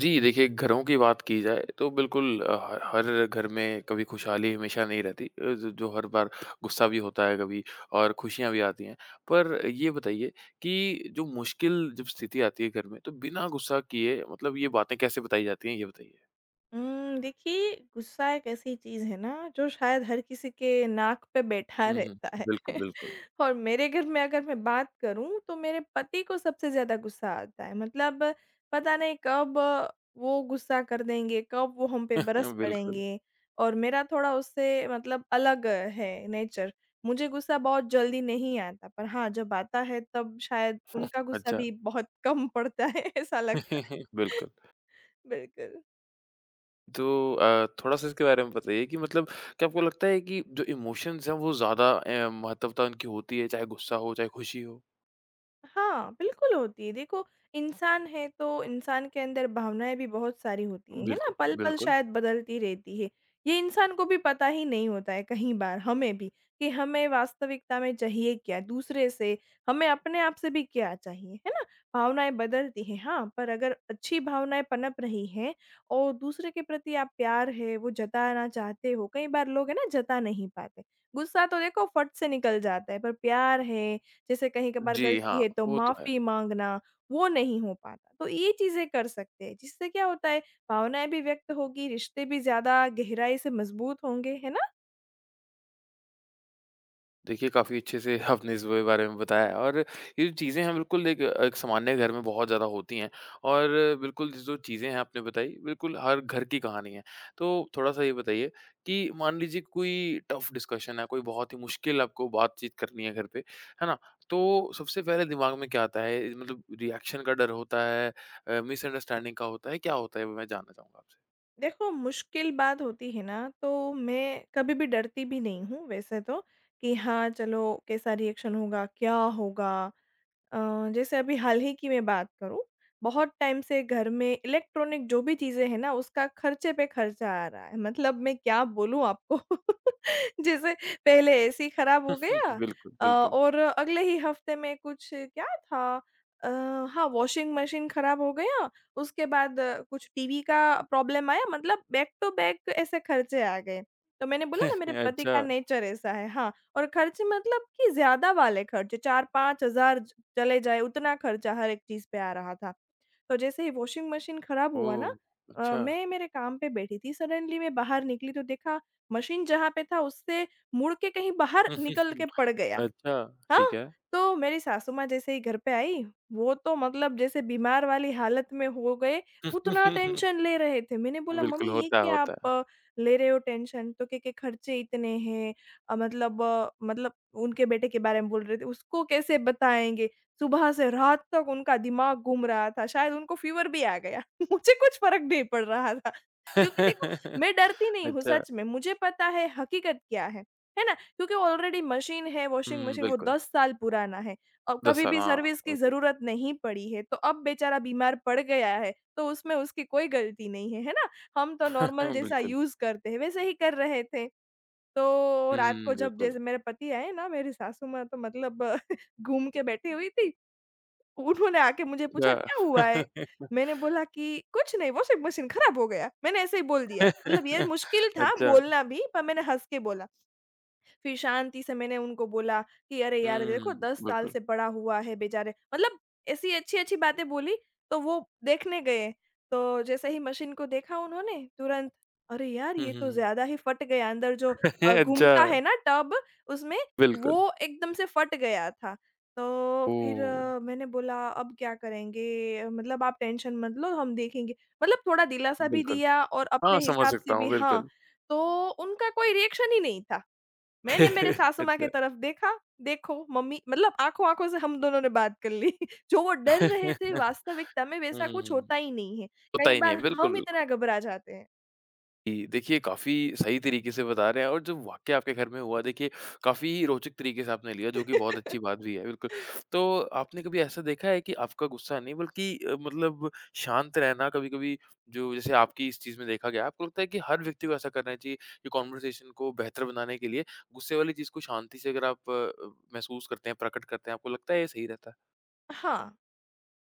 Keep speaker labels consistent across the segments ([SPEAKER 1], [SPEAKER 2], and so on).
[SPEAKER 1] जी, देखिए घरों की बात की जाए तो बिल्कुल ह हर घर में कभी खुशहाली हमेशा नहीं रहती ज जो हर बार गुस्सा भी होता है कभी और खुशियाँ भी आती हैं। पर ये बताइए कि जो मुश्किल जब स्थिति आती है घर में तो बिना गुस्सा किए मतलब ये बातें कैसे बताई जाती हैं ये बताइए?
[SPEAKER 2] देखिए गुस्सा एक ऐसी चीज़ है ना जो शायद हर किसी के नाक पे बैठा
[SPEAKER 1] हुँ, हुँ।
[SPEAKER 2] रहता है
[SPEAKER 1] बिल्कुल, बिल्कुल।
[SPEAKER 2] और मेरे घर में अगर मैं बात करूँ तो मेरे पति को सबसे ज़्यादा गुस्सा आता है। मतलब पता नहीं कब वो गुस्सा कर देंगे, कब वो हम पे बरस
[SPEAKER 1] बिल्कुल।
[SPEAKER 2] पड़ेंगे और मेरा थोड़ा उससे मतलब अलग है नेचर। मुझे गुस्सा बहुत जल्दी नहीं आता, पर हाँ, जब आता है तब शायद उनका गुस्सा
[SPEAKER 1] अच्छा।
[SPEAKER 2] भी बहुत कम पड़ता है ऐसा लगता है।
[SPEAKER 1] बिल्कुल।
[SPEAKER 2] बिल्कुल।
[SPEAKER 1] तो थोड़ा-सा इसके बारे में बताइए कि मतलब क्या आपको लगता है कि जो इमोशंस हैं वो ज़्यादा महत्वता उनकी होती है चाहे गुस्सा हो, चाहे खुशी हो?
[SPEAKER 2] हाँ, बिल्कुल होती है। देखो, इंसान है तो इंसान के अंदर भावनाएँ भी बहुत सारी होती हैं, है ना?
[SPEAKER 1] बिल्कुल,
[SPEAKER 2] पल-पल
[SPEAKER 1] बिल्कुल।
[SPEAKER 2] शायद बदलती रहती है। ये इंसान को भी पता ही नहीं होता है कहीं बार हमें भी कि हमें वास्तविकता में चाहिए क्या? दूसरे से, हमें अपने आप से भी क्या चाहिए, है ना? भावनाएँ बदलती हैं, हाँ, पर अगर अच्छी भावनाएँ पनप रही हैं और दूसरे के प्रति आप प्यार है, वो जताना चाहते हो, कई बार लोग है ना जता नहीं पाते। गुस्सा तो देखो फट से निकल जाता है, पर प्यार है जैसे कहीं कभार
[SPEAKER 1] जी, हाँ,
[SPEAKER 2] गलती है तो
[SPEAKER 1] वो तो है।
[SPEAKER 2] माफ़ी माँगना, वो नहीं हो पाता। तो ये चीज़ें कर सकते हैं, जिससे क्या होता है भावनाएँ भी व्यक्त होगी, रिश्ते भी ज़्यादा गहराई से मज़बूत होंगे, है ना?
[SPEAKER 1] देखिए, काफ़ी अच्छे से आपने इस ब बारे में बताया है, और ये जो चीज़ें हैं, बिल्कुल एक एक सामान्य घर में बहुत ज़्यादा होती हैं और बिल्कुल जो चीज़ें हैं आपने बताई, बिल्कुल हर घर की कहानी है। तो थोड़ा-सा ये बताइए कि मान लीजिए कोई टफ़ डिस्कशन है, कोई बहुत ही मुश्किल आपको बातचीत करनी है घर पे, है ना? तो सबसे पहले दिमाग में क्या आता है? मतलब रिएक्शन का डर होता है मिसअंडरस्टैंडिंग का होता है, क्या होता है? वो मैं जानना चाहूँगा आपसे।
[SPEAKER 2] देखो मुश्किल बात होती है ना, तो मैं कभी भी डरती भी नहीं हूँ वैसे तो, कि हाँ, चलो कैसा रिएक्शन होगा, क्या होगा? अ, जैसे अभी हाल ही की मैं बात करूँ, बहुत टाइम से घर में इलेक्ट्रॉनिक जो भी चीज़ें हैं ना, उसका खर्चे पे खर्चा आ रहा है। मतलब मैं क्या बोलूँ आपको? जैसे पहले एसी खराब हो गया
[SPEAKER 1] बिल्कुल, बिल्कुल।
[SPEAKER 2] और अगले ही हफ्ते में कुछ क्या था अ, हाँ, वॉशिंग मशीन खराब हो गया, उसके बाद कुछ टीवी का प्रॉब्लम आया, मतलब बैक टू बैक ऐसे खर्चे आ गए। तो मैंने बोला ना मेरे पति का
[SPEAKER 1] अच्छा।
[SPEAKER 2] नेचर ऐसा है, हाँ, और खर्चे मतलब कि ज़्यादा वाले खर्चे 4-5 हज़ार चले जाए उतना खर्चा हर एक चीज़ पे आ रहा था। तो जैसे ही वॉशिंग मशीन खराब हुआ ना
[SPEAKER 1] ओह! अच्छा।
[SPEAKER 2] मैं मेरे काम पे बैठी थी सडनली मैं बाहर निकली तो देखा मशीन जहाँ पे था उससे मुड़ के कहीं बाहर
[SPEAKER 1] हुँ, हुँ,
[SPEAKER 2] निकल
[SPEAKER 1] हुँ।
[SPEAKER 2] के पड़ गया।
[SPEAKER 1] अच्छा, ठीक
[SPEAKER 2] हाँ,
[SPEAKER 1] है।
[SPEAKER 2] तो मेरी सासू माँ जैसे ही घर पे आई, वो तो मतलब जैसे बीमार वाली हालत में हो गए, उतना टेंशन ले रहे थे। मैंने बोला,
[SPEAKER 1] बिल्कुल,
[SPEAKER 2] "मम्मी ये
[SPEAKER 1] होता है,
[SPEAKER 2] क्या आप
[SPEAKER 1] होता
[SPEAKER 2] ले रहे हो टेंशन?" तो कहे के खर्चे इतने हैं मतलब उनके बेटे के बारे में बोल रहे थे, "उसको कैसे बताएँगे?" सुबह से रात तक उनका दिमाग घूम रहा था, शायद उनको फ़ीवर भी आ गया। मुझे कुछ फ़र्क नहीं पड़ रहा था, क्योंकि देखो
[SPEAKER 1] है।
[SPEAKER 2] मैं डरती नहीं हूँ
[SPEAKER 1] अच्छा,
[SPEAKER 2] सच में, मुझे पता है हकीकत क्या है ना? क्योंकि ऑलरेडी मशीन है, वॉशिंग
[SPEAKER 1] हुँ,
[SPEAKER 2] मशीन वो
[SPEAKER 1] बिल्कुल।
[SPEAKER 2] 10 साल पुराना है और
[SPEAKER 1] 10
[SPEAKER 2] कभी
[SPEAKER 1] साल
[SPEAKER 2] भी
[SPEAKER 1] हाँ,
[SPEAKER 2] सर्विस की
[SPEAKER 1] बिल्कुल।
[SPEAKER 2] ज़रूरत नहीं पड़ी है, तो अब बेचारा बीमार पड़ गया है, तो उसमें उसकी कोई गलती नहीं है, है ना? हम तो नॉर्मल जैसा
[SPEAKER 1] बिल्कुल।
[SPEAKER 2] यूज़ करते हैं, वैसे ही कर रहे थे। तो रात
[SPEAKER 1] हुँ,
[SPEAKER 2] को जब
[SPEAKER 1] बिल्कुल।
[SPEAKER 2] जैसे मेरे पति आए ना, मेरी सासू माँ तो मतलब घूम के बैठी हुई थी। उन्होंने आके मुझे पूछा, "क्या हुआ है?"
[SPEAKER 1] अच्छा।
[SPEAKER 2] मैंने बोला कि, "कुछ नहीं, वॉशिंग मशीन खराब हो गया।" मैंने ऐसे ही बोल दिया। मतलब ये मुश्किल था
[SPEAKER 1] अच्छा,
[SPEAKER 2] बोलना भी, पर मैंने हँस के बोला। फिर शांति से मैंने उनको बोला कि अरे यार देखो
[SPEAKER 1] हुँ,
[SPEAKER 2] 10 साल
[SPEAKER 1] बिल्कुल।
[SPEAKER 2] से बड़ा हुआ है बेचारे, मतलब ऐसी अच्छी-अच्छी बातें बोली, तो वो देखने गए, तो जैसे ही मशीन को देखा उन्होंने तुरंत, अरे यार
[SPEAKER 1] हुँ,
[SPEAKER 2] ये
[SPEAKER 1] हुँ,
[SPEAKER 2] तो
[SPEAKER 1] हुँ।
[SPEAKER 2] ज़्यादा ही फट गया अंदर जो
[SPEAKER 1] अच्छा,
[SPEAKER 2] घूमता है ना टब उसमें
[SPEAKER 1] बिल्कुल।
[SPEAKER 2] वो एकदम से फट गया था। तो फिर
[SPEAKER 1] ओह!
[SPEAKER 2] मैंने बोला अब क्या करेंगे? मतलब आप टेंशन मत लो हम देखेंगे, मतलब थोड़ा दिलासा भी
[SPEAKER 1] बिल्कुल।
[SPEAKER 2] दिया और अपने
[SPEAKER 1] हाँ, समझ
[SPEAKER 2] हिसाब से
[SPEAKER 1] सकता
[SPEAKER 2] भी
[SPEAKER 1] हूँ,
[SPEAKER 2] हाँ,
[SPEAKER 1] बिल्कुल।
[SPEAKER 2] तो उनका कोई रिएक्शन ही नहीं था। मैंने मेरे सासू माँ की तरफ देखा, देखो मम्मी मतलब आँखों-आँखों से हम दोनों ने बात कर ली। जो वो डर
[SPEAKER 1] अच्छा।
[SPEAKER 2] रहे थे वास्तविकता में
[SPEAKER 1] हुँ,
[SPEAKER 2] वैसा
[SPEAKER 1] हुँ,
[SPEAKER 2] कुछ
[SPEAKER 1] हुँ।
[SPEAKER 2] होता ही नहीं है।
[SPEAKER 1] होता
[SPEAKER 2] कई
[SPEAKER 1] ही नहीं है,
[SPEAKER 2] बार
[SPEAKER 1] बिल्कुल,
[SPEAKER 2] हम इतना
[SPEAKER 1] बिल्कुल।
[SPEAKER 2] घबरा जाते हैं।
[SPEAKER 1] जी, देखिए काफ़ी सही तरीके से बता रहे हैं और जो वाक़या आपके घर में हुआ देखिए काफ़ी रोचक तरीके से आपने लिया जो कि बहुत अच्छी बात भी है, बिल्कुल। तो आपने कभी ऐसा देखा है कि आपका गुस्सा नहीं बल्कि मतलब शांत रहना कभी-कभी जो जैसे आपकी इस चीज़ में देखा गया, आपको लगता है कि हर व्यक्ति को ऐसा करना चाहिए कि कन्वर्सेशन को बेहतर बनाने के लिए गुस्से वाली चीज़ को शांति से अगर आप महसूस करते हैं, प्रकट करते हैं, आपको लगता है ये सही रहता है?
[SPEAKER 2] हाँ।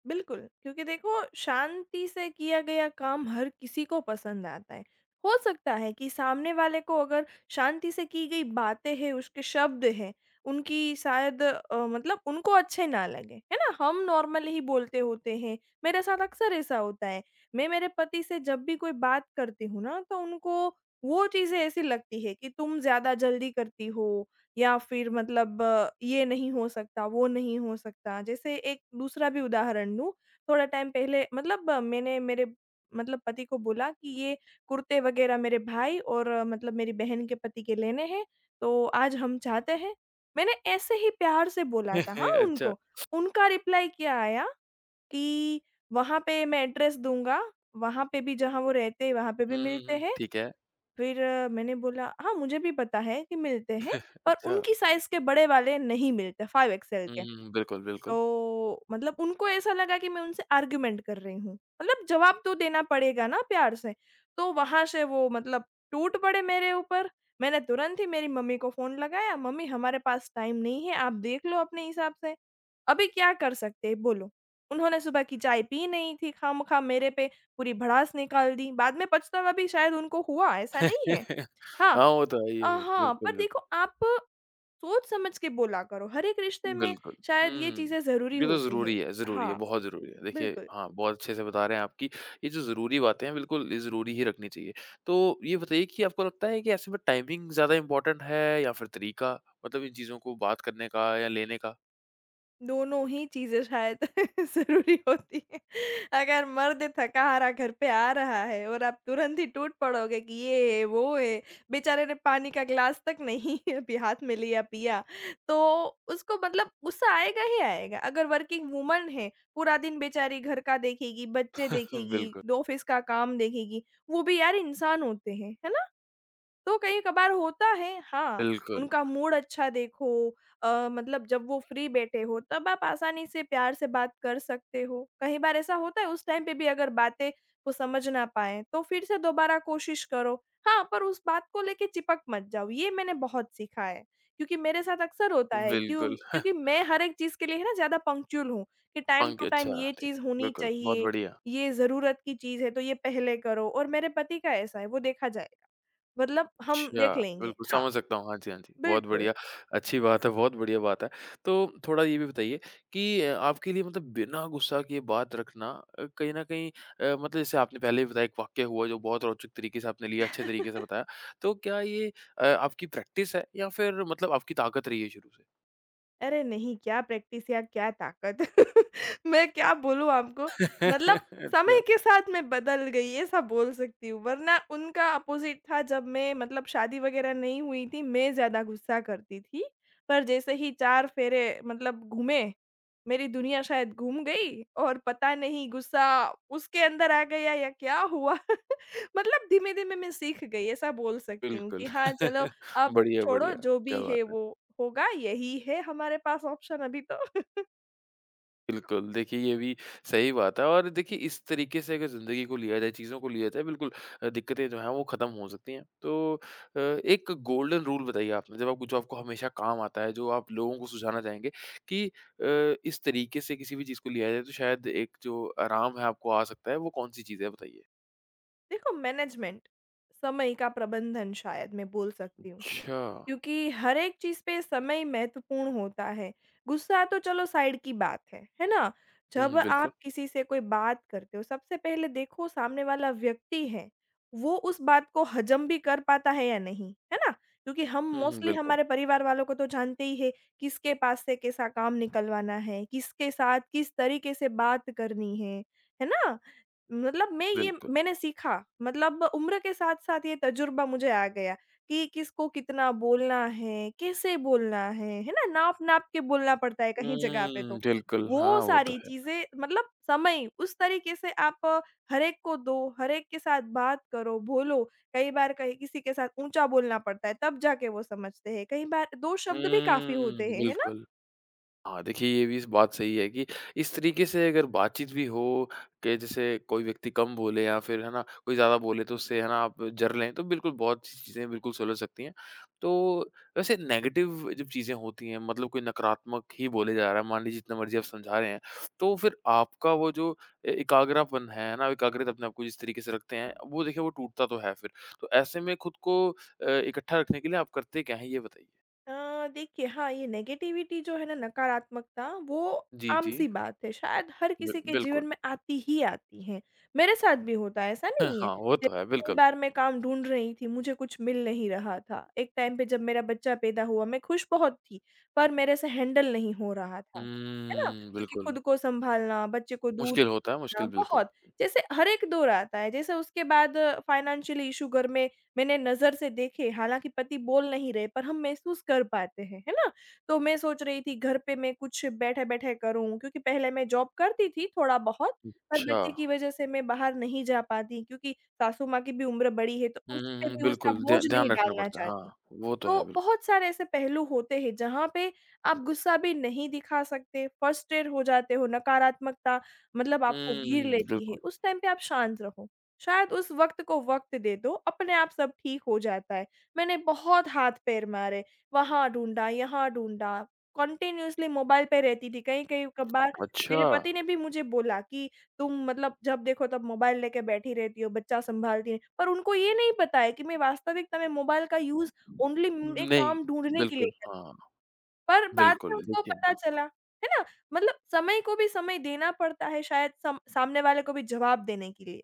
[SPEAKER 2] बिल्कुल, क्योंकि देखो शांति से किया गया काम हर किसी को पसंद आता है। हो सकता है कि सामने वाले को अगर शांति से की गई बातें हैं, उसके शब्द हैं, उनकी शायद मतलब उनको अच्छे ना लगे, है ना? हम नॉर्मल ही बोलते होते हैं, मेरे साथ अक्सर ऐसा होता है। मैं मेरे पति से जब भी कोई बात करती हूँ ना, तो उनको वो चीज़ें ऐसी लगती है कि तुम ज़्यादा जल्दी करती हो या फिर मतलब ये नहीं हो सकता, वो नहीं हो सकता। जैसे एक दूसरा भी उदाहरण दूँ, थोड़ा टाइम पहले मतलब मैंने मेरे मतलब पति को बोला कि ये कुर्ते वगैरह मेरे भाई और मतलब मेरी बहन के पति के लेने हैं, तो आज हम चाहते हैं। मैंने ऐसे ही प्यार से बोला था हाँ,
[SPEAKER 1] अच्छा।
[SPEAKER 2] उनको। उनका रिप्लाई क्या आया कि वहाँ पे मैं एड्रेस दूँगा, वहाँ पे भी जहाँ वो रहते हैं, वहाँ पे भी
[SPEAKER 1] हुँ, हुँ,
[SPEAKER 2] मिलते
[SPEAKER 1] हुँ।
[SPEAKER 2] हैं
[SPEAKER 1] ठीक है।
[SPEAKER 2] फिर मैंने बोला, "हाँ, मुझे भी पता है कि मिलते हैं, पर
[SPEAKER 1] अच्छा।
[SPEAKER 2] उनकी साइज़ के बड़े वाले नहीं मिलते 5 एक्सेल
[SPEAKER 1] हुँ,
[SPEAKER 2] के।"
[SPEAKER 1] हुँ, बिल्कुल, बिल्कुल।
[SPEAKER 2] तो मतलब उनको ऐसा लगा कि मैं उनसे आर्ग्यूमेंट कर रही हूँ। मतलब जवाब तो देना पड़ेगा ना प्यार से। तो वहाँ से वो मतलब टूट पड़े मेरे ऊपर। मैंने तुरंत ही मेरी मम्मी को फ़ोन लगाया, "मम्मी, हमारे पास टाइम नहीं है, आप देख लो अपने हिसाब से। अभी क्या कर सकते हैं, बोलो?" उन्होंने सुबह की चाय पी नहीं थी, खामख़ा मेरे पे पूरी भड़ास निकाल दी। बाद में पछतावा भी शायद उनको हुआ, ऐसा नहीं है। हाँ
[SPEAKER 1] हाँ, वो तो है ही है फिर।
[SPEAKER 2] हाँ, पर
[SPEAKER 1] बिल्कुल,
[SPEAKER 2] देखो
[SPEAKER 1] बिल्कुल।
[SPEAKER 2] आप सोच समझ के बोला करो, हर एक रिश्ते में
[SPEAKER 1] बिल्कुल।
[SPEAKER 2] शायद ये
[SPEAKER 1] हुँ।
[SPEAKER 2] चीज़ें ज़रूरी
[SPEAKER 1] ये तो
[SPEAKER 2] होती हैं।
[SPEAKER 1] ज़रूरी है,
[SPEAKER 2] हाँ,
[SPEAKER 1] बहुत ज़रूरी है। देखिए
[SPEAKER 2] बिल्कुल।
[SPEAKER 1] हाँ, बहुत अच्छे से बता रहे हैं आपकी ये जो ज़रूरी बातें हैं, बिल्कुल ये ज़रूरी ही रखनी चाहिए। तो ये बताइए कि आपको लगता है कि ऐसे में टाइमिंग ज़्यादा इम्पोर्टेंट है या फिर तरीका? मतलब इन चीज़ों को बात करने का या लेने का?
[SPEAKER 2] दोनों ही चीज़ें शायद ज़रूरी होती हैं। अगर मर्द थका-हारा घर पे आ रहा है और आप तुरंत ही टूट पड़ोगे कि ये है, वो है, बेचारे ने पानी का ग्लास तक नहीं अभी हाथ में लिया, पिया, तो उसको मतलब गुस्सा आएगा ही आएगा। अगर वर्किंग वुमन है, पूरा दिन बेचारी घर का देखेगी, बच्चे देखेगी,
[SPEAKER 1] बिल्कुल,
[SPEAKER 2] ऑफ़िस का काम देखेगी, वो भी यार इंसान होते हैं, है ना? तो कहीं-कभार होता है हाँ,
[SPEAKER 1] बिल्कुल,
[SPEAKER 2] उनका मूड अच्छा देखो मतलब जब वो फ्री बैठे हो तब आप आसानी से प्यार से बात कर सकते हो। कई बार ऐसा होता है उस टाइम पे भी अगर बातें वो समझ ना पाएँ, तो फिर से दोबारा कोशिश करो। हाँ, पर उस बात को लेके चिपक मत जाओ, ये मैंने बहुत सीखा है। क्योंकि मेरे साथ अक्सर होता है क्यों
[SPEAKER 1] बिल्कुल।
[SPEAKER 2] क्योंकि मैं हर एक चीज़ के लिए है ना ज़्यादा पंक्चुअल हूँ, कि टाइम
[SPEAKER 1] पंख
[SPEAKER 2] टू टाइम
[SPEAKER 1] अच्छा,
[SPEAKER 2] ये
[SPEAKER 1] ठीक।
[SPEAKER 2] चीज़ होनी
[SPEAKER 1] बिल्कुल, बहुत
[SPEAKER 2] चाहिए,
[SPEAKER 1] बढ़िया।
[SPEAKER 2] ये ज़रूरत की चीज़ है तो ये पहले करो और मेरे पति का ऐसा है, वो देखा जाएगा। मतलब हम
[SPEAKER 1] अच्छा,
[SPEAKER 2] देख लेंगे।
[SPEAKER 1] बिल्कुल
[SPEAKER 2] हाँ,
[SPEAKER 1] समझ सकता हूँ। हाँ जी, हाँ जी। बहुत
[SPEAKER 2] बिल्कुल।
[SPEAKER 1] बढ़िया, अच्छी बात है, बहुत बढ़िया बात है। तो थोड़ा ये भी बताइए कि आपके लिए मतलब बिना गुस्सा किए बात रखना कहीं न कहीं मतलब जैसे आपने पहले भी बताया एक वाक़या हुआ जो बहुत रोचक तरीके से आपने लिया, अच्छे तरीके से बताया। तो क्या ये आपकी प्रैक्टिस है या फिर मतलब आपकी ताकत रही है शुरू से?
[SPEAKER 2] अरे नहीं, क्या प्रैक्टिस या क्या ताकत! मैं क्या बोलूँ आपको, मतलब समय
[SPEAKER 1] अच्छा,
[SPEAKER 2] के साथ मैं बदल गई, ऐसा बोल सकती हूँ। वरना उनका अपोज़िट था, जब मैं मतलब शादी वगैरह नहीं हुई थी, मैं ज़्यादा गुस्सा करती थी। पर जैसे ही 4 फेरे मतलब घूमे, मेरी दुनिया शायद घूम गई और पता नहीं गुस्सा उसके अंदर आ गया या क्या हुआ? मतलब धीमे-धीमे मैं सीख गई, ऐसा बोल सकती हूँ
[SPEAKER 1] बिल्कुल।
[SPEAKER 2] कि हाँ, चलो अब
[SPEAKER 1] बढ़िया,
[SPEAKER 2] छोड़ो
[SPEAKER 1] बढ़िया।
[SPEAKER 2] जो
[SPEAKER 1] क्या
[SPEAKER 2] भी
[SPEAKER 1] बात
[SPEAKER 2] है
[SPEAKER 1] है।
[SPEAKER 2] वो होगा, यही है हमारे पास ऑप्शन अभी तो।
[SPEAKER 1] बिल्कुल, देखिए ये भी सही बात है और देखिए इस तरीके से अगर ज़िंदगी को लिया जाए, चीज़ों को लिया जाए बिल्कुल दिक्कतें जो हैं वो ख़त्म हो सकती हैं। तो एक गोल्डन रूल बताइए आपने जब आपको जो आपको हमेशा काम आता है, जो आप लोगों को सुझाना चाहेंगे कि इस तरीके से किसी भी चीज़ को लिया जाए तो शायद एक जो आराम है आपको आ सकता है, वो कौन-सी चीज़ है बताइए?
[SPEAKER 2] देखो मैनेजमेंट, समय का प्रबंधन शायद मैं बोल सकती हूँ।
[SPEAKER 1] अच्छा।
[SPEAKER 2] क्योंकि हर एक चीज़ पे समय महत्वपूर्ण होता है। गुस्सा तो चलो साइड की बात है ना? जब
[SPEAKER 1] हुँ, बिल्कुल।
[SPEAKER 2] आप किसी से कोई बात करते हो, सबसे पहले देखो सामने वाला व्यक्ति है, वो उस बात को हज़म भी कर पाता है या नहीं, है ना? क्योंकि हम
[SPEAKER 1] हुँ, हुँ,
[SPEAKER 2] मोस्टली
[SPEAKER 1] बिल्कुल,
[SPEAKER 2] हमारे परिवार वालों को तो जानते ही हैं, किसके पास से कैसा काम निकलवाना है, किसके साथ किस तरीके से बात करनी है ना? मतलब मैं ये
[SPEAKER 1] बिल्कुल।
[SPEAKER 2] मैंने सीखा, मतलब उम्र के साथ-साथ ये तजुर्बा मुझे आ गया। कि किसको कितना बोलना है, कैसे बोलना है ना? नाप-नाप के बोलना पड़ता है कहीं जगह पे
[SPEAKER 1] हुँ,
[SPEAKER 2] तो।
[SPEAKER 1] बिल्कुल।
[SPEAKER 2] वो
[SPEAKER 1] हाँ, वो तो
[SPEAKER 2] सारी
[SPEAKER 1] है।
[SPEAKER 2] चीज़ें मतलब समय उस तरीके से आप हर एक को दो, हर एक के साथ बात करो, बोलो। कई बार कहीं किसी के साथ ऊँचा बोलना पड़ता है, तब जाके वो समझते हैं। कई बार 2 शब्द भी काफ़ी होते
[SPEAKER 1] हुँ,
[SPEAKER 2] हैं, है ना?
[SPEAKER 1] बिल्कुल। हाँ, देखिए ये भी इस बात सही है कि इस तरीके से अगर बातचीत भी हो कि जैसे कोई व्यक्ति कम बोले या फिर है ना कोई ज़्यादा बोले तो उससे है ना आप जर लें तो बिल्कुल बहुत सी चीज़ें बिल्कुल सुलझ सकती हैं। तो वैसे नेगेटिव जब चीज़ें होती हैं मतलब कोई नकारात्मक ही बोले जा रहा है मान लीजिए जितना मर्ज़ी आप समझा रहे हैं, तो फिर आपका वो जो ए एकाग्रपन है ना, एकाग्रता अपने आप को जिस तरीके से रखते हैं वो देखिए वो टूटता तो है फिर। तो ऐसे में खुद को इकट्ठा रखने के लिए आप करते क्या हैं? ये बताइए?
[SPEAKER 2] देखिए हाँ, ये नेगेटिविटी जो है ना नकारात्मकता वो
[SPEAKER 1] जी, जी।
[SPEAKER 2] आम-सी बात है, शायद हर
[SPEAKER 1] बि
[SPEAKER 2] किसी के
[SPEAKER 1] बिल्कुल।
[SPEAKER 2] जीवन में आती ही आती है। मेरे साथ भी होता है, ऐसा
[SPEAKER 1] हाँ,
[SPEAKER 2] नहीं है।
[SPEAKER 1] हाँ, वो
[SPEAKER 2] जैसे
[SPEAKER 1] तो है,
[SPEAKER 2] कई
[SPEAKER 1] बिल्कुल।
[SPEAKER 2] बार मैं काम ढूँढ रही थी, मुझे कुछ मिल नहीं रहा था। एक टाइम पे जब मेरा बच्चा पैदा हुआ, मैं खुश बहुत थी, पर मेरे से हैंडल नहीं हो रहा था, है ना?
[SPEAKER 1] हुँ,
[SPEAKER 2] क्योंकि
[SPEAKER 1] बिल्कुल,
[SPEAKER 2] खुद को सँभालना, बच्चे को दूध
[SPEAKER 1] मुश्किल होता है,
[SPEAKER 2] पिलाना
[SPEAKER 1] मुश्किल बिल्कुल।
[SPEAKER 2] बहुत जैसे हर एक दौर आता है। जैसे उसके बाद फाइनेंशियल इश्यू घर में मैंने नज़र से देखे, हालाँकि पति बोल नहीं रहे, पर हम महसूस कर पाते हैं, है ना? तो मैं सोच रही थी घर पे मैं कुछ बैठे-बैठे करूँ क्योंकि पहले मैं जॉब करती थी थोड़ा-बहुत, पर
[SPEAKER 1] अच्छा।
[SPEAKER 2] बच्चे की वजह से मैं बाहर नहीं जा पाती क्योंकि सासू माँ की भी उम्र बड़ी है, तो
[SPEAKER 1] हुँ,
[SPEAKER 2] उस
[SPEAKER 1] हुँ,
[SPEAKER 2] पे
[SPEAKER 1] हुँ,
[SPEAKER 2] भी उसका
[SPEAKER 1] बिल्कुल, ध्या
[SPEAKER 2] बोझ
[SPEAKER 1] ध्यान
[SPEAKER 2] नहीं
[SPEAKER 1] रखना
[SPEAKER 2] डालना
[SPEAKER 1] पड़ता है,
[SPEAKER 2] चाहती।
[SPEAKER 1] हाँ, वो तो है,
[SPEAKER 2] तो
[SPEAKER 1] बिल
[SPEAKER 2] बहुत सारे ऐसे पहलू होते हैं जहाँ पे आप गुस्सा भी नहीं दिखा सकते, फ़्रस्ट्रेट हो जाते हो, नकारात्मकता मतलब आपको घिर
[SPEAKER 1] हुँ,
[SPEAKER 2] लेती है,
[SPEAKER 1] बिल्कुल,
[SPEAKER 2] उस टाइम पे आप शांत रहो। शायद उस वक़्त को वक़्त दे दो, अपने आप सब ठीक हो जाता है। मैंने बहुत हाथ-पैर मारे, वहाँ ढूँढा, यहाँ ढूँढा, कंटीन्यूअसली मोबाइल पे रहती थी, कहीं-कहीं कभार
[SPEAKER 1] अच्छा।
[SPEAKER 2] मेरे पति ने भी मुझे बोला कि तुम मतलब जब देखो तब मोबाइल लेके बैठी रहती हो, बच्चा सँभालती है। पर उनको ये नहीं पता है कि मैं वास्तविकता में मोबाइल का यूज़ ओनली एक
[SPEAKER 1] नहीं,
[SPEAKER 2] काम ढूँढने के
[SPEAKER 1] बिल्कुल,
[SPEAKER 2] लिए है,
[SPEAKER 1] हाँ,
[SPEAKER 2] पर बाद में
[SPEAKER 1] बिल्कुल,
[SPEAKER 2] उनको
[SPEAKER 1] देखिए
[SPEAKER 2] पता चला, है ना? मतलब समय को भी समय देना पड़ता है शायद सम सामने वाले को भी जवाब देने के लिए।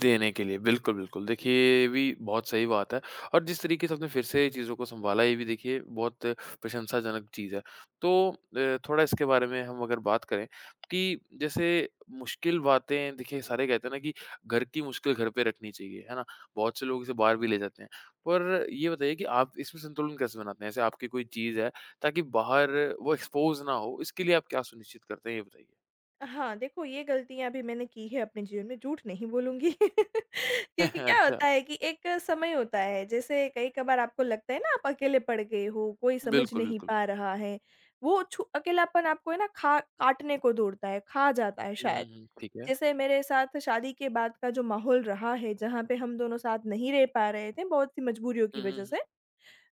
[SPEAKER 1] देने के लिए, बिल्कुल, बिल्कुल। देखिए ये भी बहुत सही बात है और जिस तरीके से आपने फिर से चीज़ों को सँभाला ये भी देखिए बहुत प्रशंसाजनक चीज़ है। तो थोड़ा इसके बारे में हम अगर बात करें कि जैसे मुश्किल बातें देखिए सारे कहते हैं ना कि घर की मुश्किल घर पे रखनी चाहिए, है ना? बहुत से लोग इसे बाहर भी ले जाते हैं। पर ये बताइए कि आप इसमें संतुलन कैसे बनाते हैं? ऐसे आपकी कोई चीज़ है ताकि बाहर वो एक्सपोज़ ना हो, इसके लिए आप क्या सुनिश्चित करते हैं ये बताइए?
[SPEAKER 2] हाँ, देखो ये गलतियाँ भी मैंने की है अपने जीवन में, झूठ नहीं बोलूँगी। क्योंकि क्या
[SPEAKER 1] अच्छा,
[SPEAKER 2] होता है कि एक समय होता है, जैसे कई-कभार आपको लगता है ना आप अकेले पड़ गए हो, कोई समझ
[SPEAKER 1] बिल्कुल,
[SPEAKER 2] नहीं
[SPEAKER 1] बिल्कुल।
[SPEAKER 2] पा रहा है। वो छु अकेलापन आपको है ना खा काटने को दौड़ता है, खा जाता है
[SPEAKER 1] हुँ, हुँ,
[SPEAKER 2] शायद।
[SPEAKER 1] हुँ। ठीक है।
[SPEAKER 2] जैसे मेरे साथ शादी के बाद का जो माहौल रहा है, जहाँ पे हम दोनों साथ नहीं रह पा रहे थे बहुत सी मजबूरियों की
[SPEAKER 1] हुँ, हुँ,
[SPEAKER 2] वजह
[SPEAKER 1] हुँ।
[SPEAKER 2] से।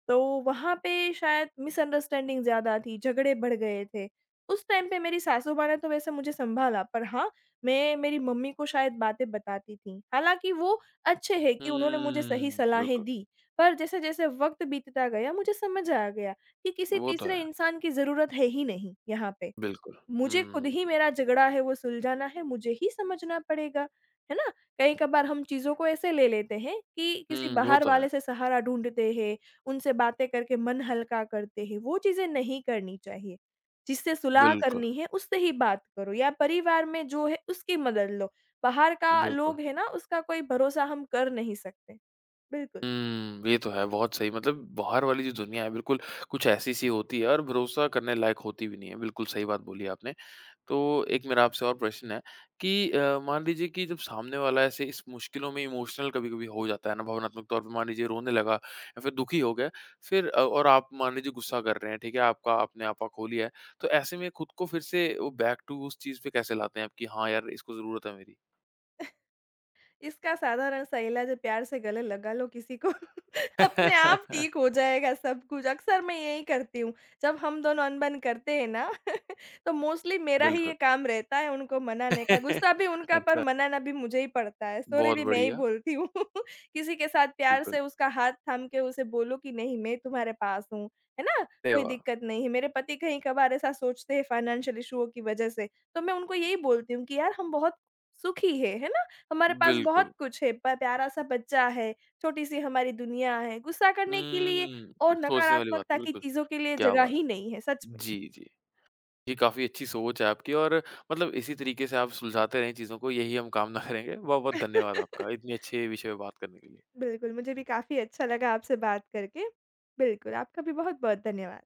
[SPEAKER 2] तो वहाँ पे शायद मिसअंडरस्टैंडिंग ज़्यादा थी, झगड़े बढ़ गए थे। उस टाइम पे मेरी सासूमाँ ने तो वैसे मुझे सँभाला, पर हाँ, मैं मेरी मम्मी को शायद बातें बताती थी। हालाँकि वो अच्छे है कि उन्होंने मुझे सही
[SPEAKER 1] हुँ,
[SPEAKER 2] सलाहें
[SPEAKER 1] बिल्कुल,
[SPEAKER 2] दी, पर जैसे-जैसे वक़्त बीतता गया, मुझे समझ आ गया कि किसी
[SPEAKER 1] वो तो है,
[SPEAKER 2] तीसरे इंसान की ज़रूरत है ही नहीं यहाँ पे।
[SPEAKER 1] बिल्कुल।
[SPEAKER 2] मुझे खुद
[SPEAKER 1] हुँ,
[SPEAKER 2] ही मेरा झगड़ा है वो सुलझाना है, मुझे ही समझना पड़ेगा, है ना? कहीं-कभार हम चीज़ों को ऐसे ले लेते हैं कि किसी
[SPEAKER 1] हुँ, वो
[SPEAKER 2] बाहर
[SPEAKER 1] तो है,
[SPEAKER 2] वाले से सहारा ढूँढते हैं, उनसे बातें करके मन हल्का करते हैं, वो चीज़ें नहीं करनी चाहिए। जिससे सुलह
[SPEAKER 1] बिल्कुल,
[SPEAKER 2] करनी है उससे ही बात करो या परिवार में जो है उसकी मदद लो। बाहर का
[SPEAKER 1] बिल्कुल।
[SPEAKER 2] लोग है ना उसका कोई भरोसा हम कर नहीं सकते। बिल्कुल,
[SPEAKER 1] हुँ, ये तो है, बहुत सही मतलब बाहर वाली जो दुनिया है बिल्कुल कुछ ऐसी-सी होती है और भरोसा करने लायक होती भी नहीं है, बिल्कुल सही बात बोली आपने। तो एक मेरा आपसे और प्रश्न है कि मान लीजिए कि जब सामने वाला ऐसे इस मुश्किलों में इमोशनल कभी-कभी हो जाता है ना, भावनात्मक तौर पे मान लीजिए रोने लगा या फिर दुखी हो गया, फिर और आप मान लीजिए गुस्सा कर रहे हैं, ठीक है? आपका आपने आपा खो लिया है, तो ऐसे में खुद को फिर से वो बैक टू उस चीज़ पे कैसे लाते हैं आप कि हाँ यार, इसको ज़रूरत है मेरी?
[SPEAKER 2] इसका साधारण सा इलाज है प्यार से गले लगा लो किसी को। अपने आप ठीक हो जाएगा सब कुछ। अक्सर मैं यही करती हूँ। जब हम दोनों अनबन करते हैं ना तो मोस्टली मेरा ही
[SPEAKER 1] बिल्कुल।
[SPEAKER 2] ये काम रहता है उनको मनाने का। गुस्सा भी उनका पर
[SPEAKER 1] अच्छा,
[SPEAKER 2] मनाना भी मुझे ही पड़ता है। सॉरी
[SPEAKER 1] बहुत
[SPEAKER 2] भी मैं ही
[SPEAKER 1] बढ़िया,
[SPEAKER 2] बोलती हूँ। किसी के साथ प्यार
[SPEAKER 1] बिल्कुल।
[SPEAKER 2] से उसका हाथ थाम के उसे बोलो कि नहीं मैं तुम्हारे पास हूँ। है ना?
[SPEAKER 1] अरे
[SPEAKER 2] कोई
[SPEAKER 1] वाह!
[SPEAKER 2] दिक्कत नहीं है। मेरे पति कहीं-कभार ऐसा सोचते हैं फाइनेंशियल इश्यूओं की वजह से। तो मैं उनको यही बोलती हूँ कि यार हम बहुत सुखी हैं। है ना? हमारे पास बहुत
[SPEAKER 1] बिल्कुल।
[SPEAKER 2] कुछ है। प प्यारा सा बच्चा है। छोटी-सी हमारी दुनिया है, गुस्सा करने के लिए
[SPEAKER 1] हुँ,
[SPEAKER 2] और
[SPEAKER 1] सोचने वाली बात है,
[SPEAKER 2] नकारात्मकता की
[SPEAKER 1] बिल्कुल।
[SPEAKER 2] चीज़ों के लिए
[SPEAKER 1] क्या
[SPEAKER 2] जगह
[SPEAKER 1] बात!
[SPEAKER 2] ही नहीं है, सच में।
[SPEAKER 1] जी, जी। ये काफ़ी अच्छी सोच है आपकी और मतलब इसी तरीके से आप सुलझाते रहें चीज़ों को, यही हम कामना करेंगे। बहुत-बहुत धन्यवाद आपका, इतने अच्छे विषय पे बात करने के लिए।
[SPEAKER 2] बिल्कुल, मुझे भी काफ़ी अच्छा लगा आपसे बात करके। बिल्कुल, आपका भी बहुत-बहुत धन्यवाद।